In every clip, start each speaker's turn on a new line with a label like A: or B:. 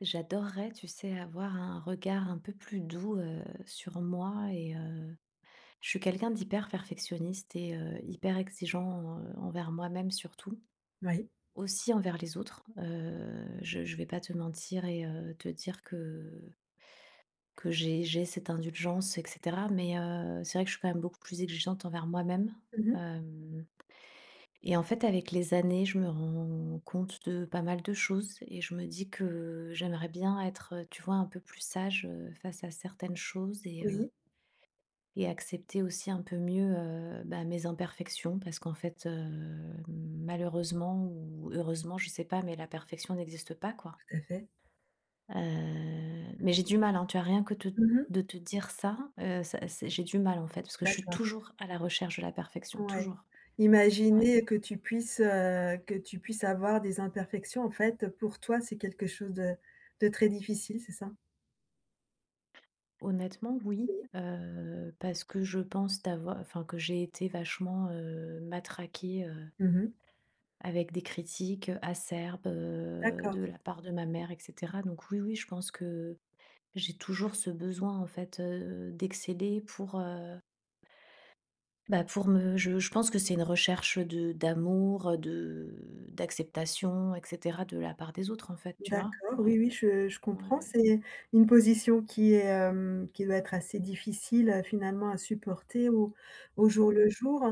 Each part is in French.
A: J'adorerais, tu sais, avoir un regard un peu plus doux, sur moi et je suis quelqu'un d'hyper perfectionniste et hyper exigeant, envers moi-même surtout,
B: Oui.
A: aussi envers les autres. Je vais pas te mentir et te dire que j'ai cette indulgence et cetera, mais c'est vrai que je suis quand même beaucoup plus exigeante envers moi-même.
B: Mmh mh.
A: Hem Et en fait, avec les années, je me rends compte de pas mal de choses et je me dis que j'aimerais bien être, tu vois, un peu plus sage, face à certaines choses
B: Oui,
A: et accepter aussi un peu mieux, bah, mes imperfections. Parce qu'en fait, malheureusement ou heureusement, je sais pas, mais la perfection n'existe pas, quoi.
B: tout à fait.
A: Heu, mais j'ai du mal, hein, tu as rien que te
B: Mmh mh.
A: de te dire ça, ça c'est j'ai du mal, en fait, parce que je suis
B: D'accord,
A: toujours à la recherche de la perfection,
B: ouais.
A: toujours. Ouais.
B: Imaginer que tu puisses avoir des imperfections, en fait, pour toi, c'est quelque chose de très difficile, c'est ça?
A: Honnêtement, oui,
B: Oui.
A: parce que je pense d'avo enfin, que j'ai été vachement, matraquée,
B: Mmh mh.
A: avec des critiques, acerbes,
B: D'accord.
A: de la part de ma mère et cetera. Donc oui, oui, je pense que j'ai toujours ce besoin, en fait, d'exceller pour, bah, pour me je pense que c'est une recherche de d'amour, de d'acceptation et cetera de la part des autres, en fait, tu vois?
B: D'accord, oui,
A: Ouais,
B: oui, je
A: ouais,
B: comprends.
A: ouais.
B: C'est une position qui est, qui doit être assez difficile, finalement à supporter au au jour le
A: Mmh.
B: jour.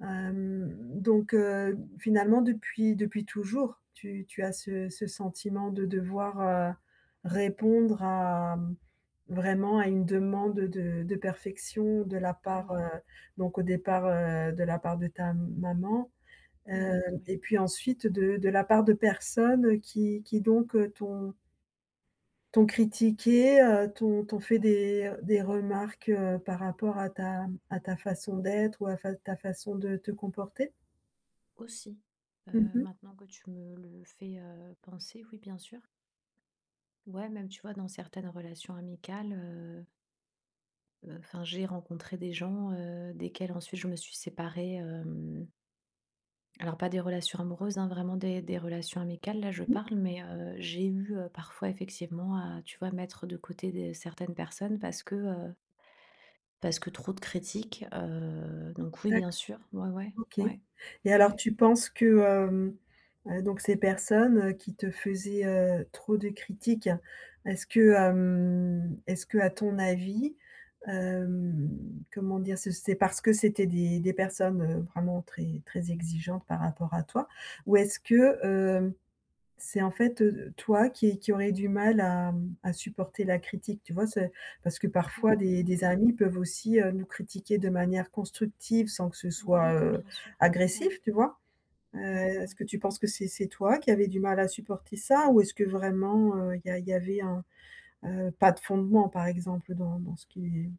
B: Hem, donc Finalement, depuis toujours, tu as ce sentiment de devoir, répondre à, vraiment à une demande de perfection de la part,
A: Oui,
B: donc au départ, de la part de ta maman.
A: oui, oui.
B: Et puis ensuite de la part de personnes qui t'ont critiqué, t'ont fait des remarques, par rapport à ta façon d'être ou à fa ta façon de te comporter?
A: Aussi,
B: Mmh.
A: maintenant que tu me le fais, penser, oui, bien sûr. Ouais, même, tu vois, dans certaines relations amicales, enfin, j'ai rencontré des gens, desquels ensuite je me suis séparée, alors pas des relations amoureuses, hein, vraiment des relations amicales, là, je
B: Mmh.
A: parle, mais j'ai eu, parfois effectivement à, tu vois, mettre de côté des certaines personnes parce que trop de critiques, donc oui,
B: D'accord.
A: bien sûr. Ouais, ouais,
B: OK.
A: ouais,
B: Et alors
A: ouais.
B: tu penses que, donc ces personnes, qui te faisaient, trop de critiques, est-ce que, est-ce que à ton avis, hem, comment dire? Ce C'est parce que c'était des personnes, vraiment très très exigeantes par rapport à toi? Ou est-ce que, euh, c'est en fait, toi qui aurais du mal à, à supporter la critique, tu vois? C'est parce que
A: Mmh
B: parfois
A: mh, mmh
B: des
A: mh,
B: amis peuvent aussi, nous critiquer de manière constructive sans que ce
A: mmh. Oui,
B: soit,
A: oui, bien sûr. Ouais,
B: agressif, tu vois? Heu,
A: ouais,
B: Est-ce
A: ouais.
B: que tu penses que c'est toi qui avais du mal à supporter ça? Ou est-ce que vraiment, il y avait un, pas de fondement par exemple dans ce qu'il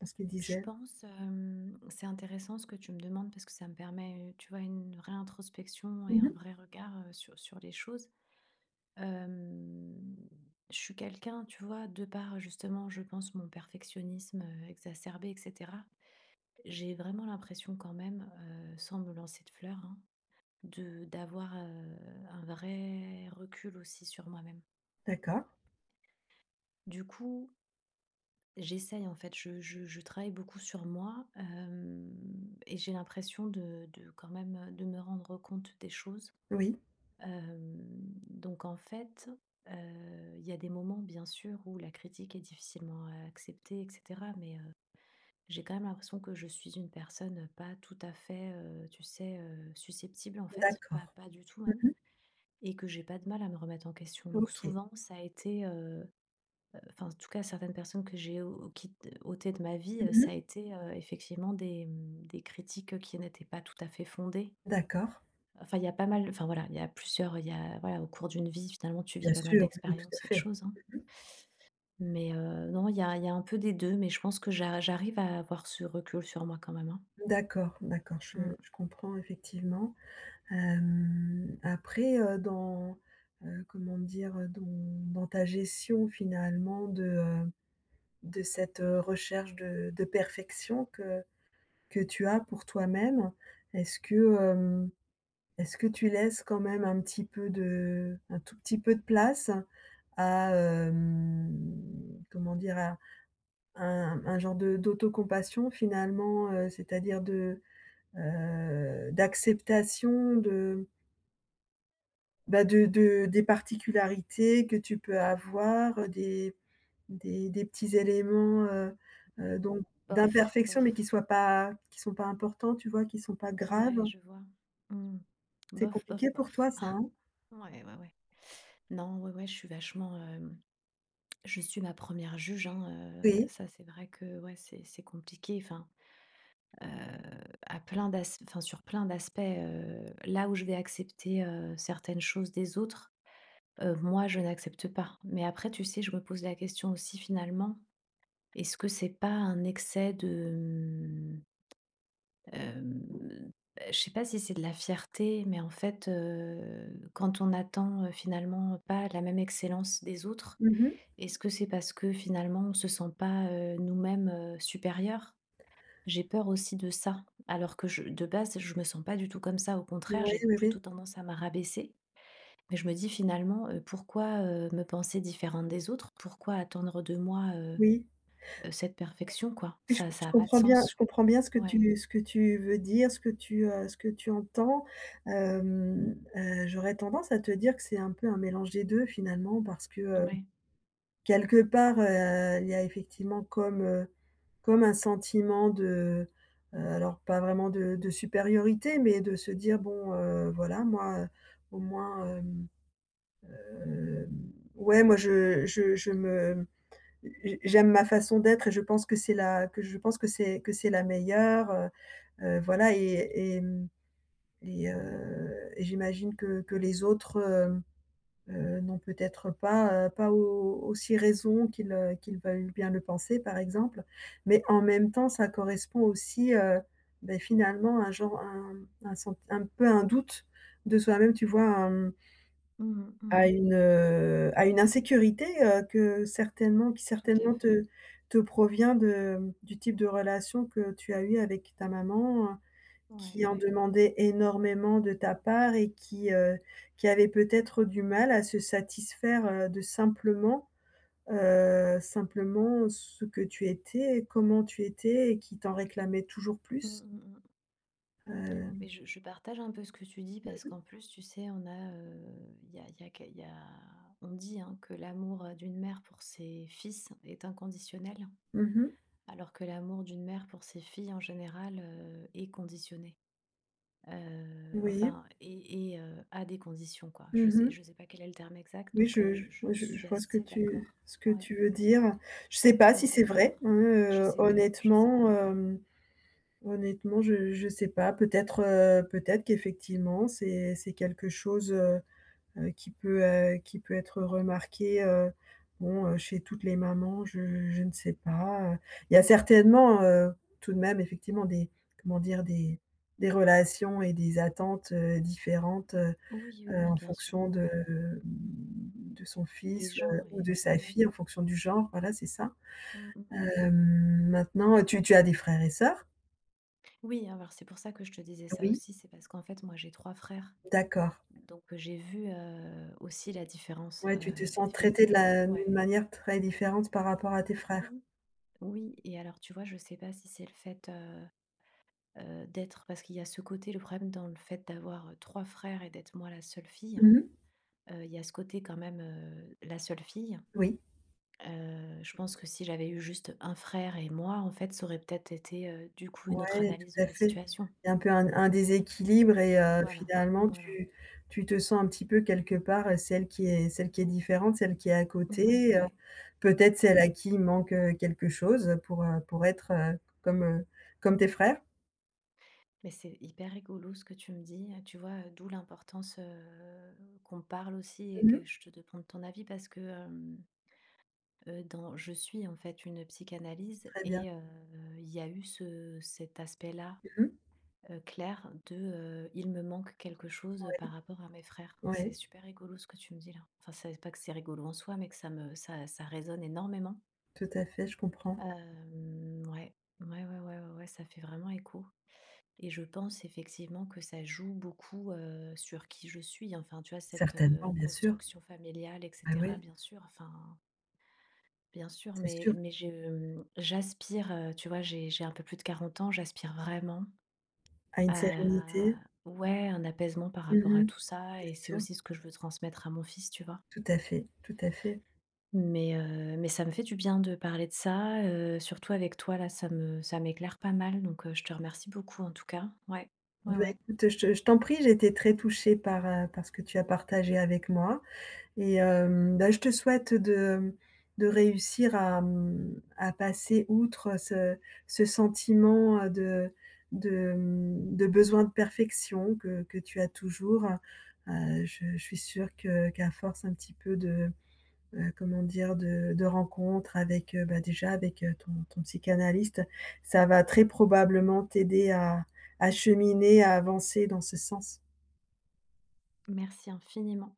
B: dans ce qu'ils
A: Je
B: disaient?
A: pense, c'est intéressant ce que tu me demandes parce que ça me permet, tu vois, une réintrospection et
B: Mmh.
A: un vrai regard, sur les choses. Hem, je suis quelqu'un, tu vois, de par justement, je pense, mon perfectionnisme, exacerbé et cetera, j'ai vraiment l'impression quand même, sans me lancer de fleurs, hein, de d'avoir, un vrai recul aussi sur moi-même.
B: D'accord.
A: Du coup J'essaye en fait, je travaille beaucoup sur moi, hem et j'ai l'impression de quand même, de me rendre compte des choses.
B: Oui.
A: Hem, donc en fait, il y a des moments bien sûr où la critique est difficilement, acceptée et cetera mais, j'ai quand même l'impression que je suis une personne, pas tout à fait, tu sais, susceptible en fait,
B: D'accord.
A: pas du tout même
B: Mmh.
A: et que j'ai pas de mal à me remettre en question. Donc
B: OK.
A: souvent ça a été, enfin, en tout cas, certaines personnes que ôtées de ma vie,
B: Mmh.
A: ça a été, effectivement des, des critiques, qui n'étaient pas tout à fait fondées.
B: D'accord.
A: Enfin, il y a pas mal enfin, voilà, il y a voilà, au cours d'une vie, finalement, tu vis
B: Bien
A: pas mal
B: sûr, oui, tout à
A: d'expériences et de
B: fait.
A: choses, hein. Mais, non, il y a un peu des 2, mais je pense que j'arrive à avoir ce recul sur moi quand même, hein.
B: D'accord, d'accord, je
A: Mmh.
B: je comprends effectivement. Après, comment dire? Dans ta gestion finalement de cette, recherche de perfection que tu as pour toi-même, est-ce que, est-ce que tu laisses quand même un tout petit peu de place à, comment dire? À un genre de d'autocompassion finalement, c'est-à-dire de d'acceptation de, bah, de des particularités que tu peux avoir, des petits éléments, donc
A: Bof,
B: d'imperfection,
A: bof.
B: mais qui sont pas importants, tu vois? Qui sont pas
A: Ouais,
B: graves.
A: je vois. Mmh.
B: C'est
A: Bof, bof,
B: compliqué pour
A: bof.
B: toi ça, hein?
A: Ouais, ouais, ouais. Non, ouais, ouais, je suis vachement. Je suis ma première juge, hein,
B: Oui.
A: ça c'est vrai que ouais, c'est compliqué, enfin, heu, à plein d'as enfin sur plein d'aspects, là où je vais accepter, certaines choses des autres, moi je n'accepte pas. Mais après tu sais, je me pose la question aussi finalement, est-ce que c'est pas un excès de, mmh, je sais pas si c'est de la fierté, mais en fait, quand on attend, finalement pas la même excellence des autres,
B: Mmh.
A: est-ce que c'est parce que finalement, on se sent pas, nous-mêmes, supérieurs? J'ai peur aussi de ça, alors que je de base, je me sens pas du tout comme ça. Au
B: Oui,
A: contraire, j'ai
B: oui,
A: plutôt
B: oui.
A: tendance à me… Mais je me dis finalement, pourquoi, me penser différente des autres? Pourquoi attendre de moi,
B: Oui.
A: cette perfection, quoi?
B: Oui, je je
A: Ça a pas de
B: comprends bien, je
A: sens.
B: comprends bien ce que
A: Ouais,
B: tu veux dire, ce que tu entends. J'aurais tendance à te dire que c'est un peu un mélange des 2 finalement parce que,
A: ouais.
B: quelque part, il y a effectivement comme, comme un sentiment de, alors pas vraiment de supériorité, mais de se dire: «Bon, voilà, moi, au moins, hem, ouais, moi je me j j'aime ma façon d'être et je pense que c'est la que je pense que c'est la meilleure», voilà, et mmh et j'imagine que les autres, hem n'ont peut-être pas, au aussi raison qu'ils, qu'ils veulent bien le penser par exemple, mais en même temps ça correspond aussi, beh, finalement à un genre un sent un peu un doute de soi-même, tu vois? Un
A: Mmh mh,
B: À
A: mmh.
B: une, à une insécurité, que certainement qui
A: Tout à
B: certainement
A: fait.
B: te provient de, du type de relation que tu as eu avec ta maman,
A: Ouais,
B: qui en
A: ouais.
B: demandaient énormément de ta part et qui avaient peut-être du mal à se satisfaire, de simplement, simplement ce que tu étais, comment tu étais et qui t'en réclamaient toujours
A: Mmh
B: plus?
A: mh, mmh.
B: Heu,
A: Mais je partage un peu ce que tu dis parce qu'en plus, tu sais, il y a que- il y a- on dit hein, que l'amour d'une mère pour ses fils est inconditionnel,
B: mmh mh.
A: alors que l'amour d'une mère pour ses filles en général est conditionné.
B: Oui.
A: Enfin, à des conditions, quoi.
B: Mmh mh.
A: Je sais pas quel est le terme exact,
B: Oui,
A: donc
B: je
A: je
B: oui, je
A: suis
B: vois ce que
A: assez
B: tu
A: d'accord.
B: ce que
A: Ouais,
B: tu veux dire. Je sais
A: je
B: pas
A: suis
B: si
A: assez
B: c'est vrai, hein,
A: d'accord. Je sais pas, je sais pas.
B: honnêtement, hem, honnêtement, je sais pas. Peut-être, peut-être qu'effectivement c'est quelque chose, qui peut être remarqué, bon, chez toutes les mamans, je ne sais pas. Il y a certainement, tout de même effectivement des comment dire? Des relations et des attentes, différentes,
A: Oui, oui, oui,
B: en
A: bien sûr.
B: fonction
A: Ouais.
B: de son
A: Des
B: fils,
A: gens et
B: ou
A: oui,
B: de sa
A: oui.
B: fille, en fonction du genre, voilà, c'est ça?
A: Mm, mm, mm.
B: Maintenant, tu as des frères et sœurs?
A: Oui, hein, alors c'est pour ça que je te disais ça
B: Oui,
A: aussi, c'est parce qu'en fait, moi, j'ai 3 frères,
B: d'accord.
A: donc j'ai vu, aussi la différence,
B: Ouais, tu te sens traitée de
A: effectivement.
B: la
A: Ouais,
B: d'une manière très différente par rapport à tes frères?
A: oui, oui et alors tu vois, je sais pas si c'est le fait, d'être parce qu'il y a ce côté, le problème dans le fait d'avoir, 3 frères et d'être moi la seule fille,
B: Mmh.
A: il y a ce côté quand même, la seule fille.
B: Oui.
A: Je pense que si j'avais eu juste un frère et moi, en fait, ça aurait peut-être été, du coup, une autre
B: Ouais,
A: analyse
B: tout
A: de
B: à
A: la
B: fait.
A: situation.
B: Il y a un peu un déséquilibre et
A: Voilà,
B: finalement
A: voilà.
B: tu te sens un petit peu quelque part, celle qui est différente, celle qui est à
A: Ouais,
B: côté,
A: ouais,
B: peut-être celle
A: ouais.
B: à qui il manque, quelque chose pour être, comme tes frères.
A: Mais c'est hyper rigolo ce que tu me dis, tu vois? D'où l'importance, qu'on parle aussi et
B: Mmh.
A: que je te demande ton avis parce que, dans je suis en fait une psychanalyse
B: Très bien.
A: et il y a eu ce cet aspect-là,
B: Mmh.
A: clair de, il me manque quelque chose,
B: Oui,
A: par rapport à mes frères. Donc c'est
B: oui,
A: super rigolo ce que tu me dis là. Enfin, c'est pas que c'est rigolo en soi, mais que ça me ça ça résonne énormément.
B: tout à fait, je comprends.
A: Ouais. Ouais, ouais, ouais, ouais, ouais, ça fait vraiment écho. Et je pense effectivement que ça joue beaucoup, sur qui je suis. Enfin, tu vois, cette,
B: Certainement, bien sûr.
A: construction familiale et
B: Ah
A: cetera,
B: oui,
A: bien sûr, enfin, bien sûr,
B: c'est
A: mais
B: sûr.
A: j'aspire, tu vois, j'ai un peu plus de 40 ans, j'aspire vraiment
B: À une
A: à…
B: sérénité.
A: Ouais, un apaisement par rapport à
B: Mmh.
A: tout ça
B: Bien
A: et c'est
B: sûr.
A: aussi ce que je veux transmettre à mon fils, tu vois?
B: Tout à fait, tout à fait.
A: Mais ça me fait du bien de parler de ça, surtout avec toi, là, ça m'éclaire pas mal donc je te remercie beaucoup, en tout cas. Ouais, ouais,
B: Bah,
A: ouais.
B: écoute, je t'en prie, j'ai été très touchée par, par ce que tu as partagé avec moi et bah, je te souhaite de réussir à, à passer outre ce sentiment, de, de besoin de perfection que tu as toujours. Je suis sûre que qu'à force un petit peu de comment dire? De rencontres avec, bah, déjà avec, ton ton psychanalyste, ça va très probablement t'aider à cheminer, à avancer dans ce sens.
A: Merci infiniment.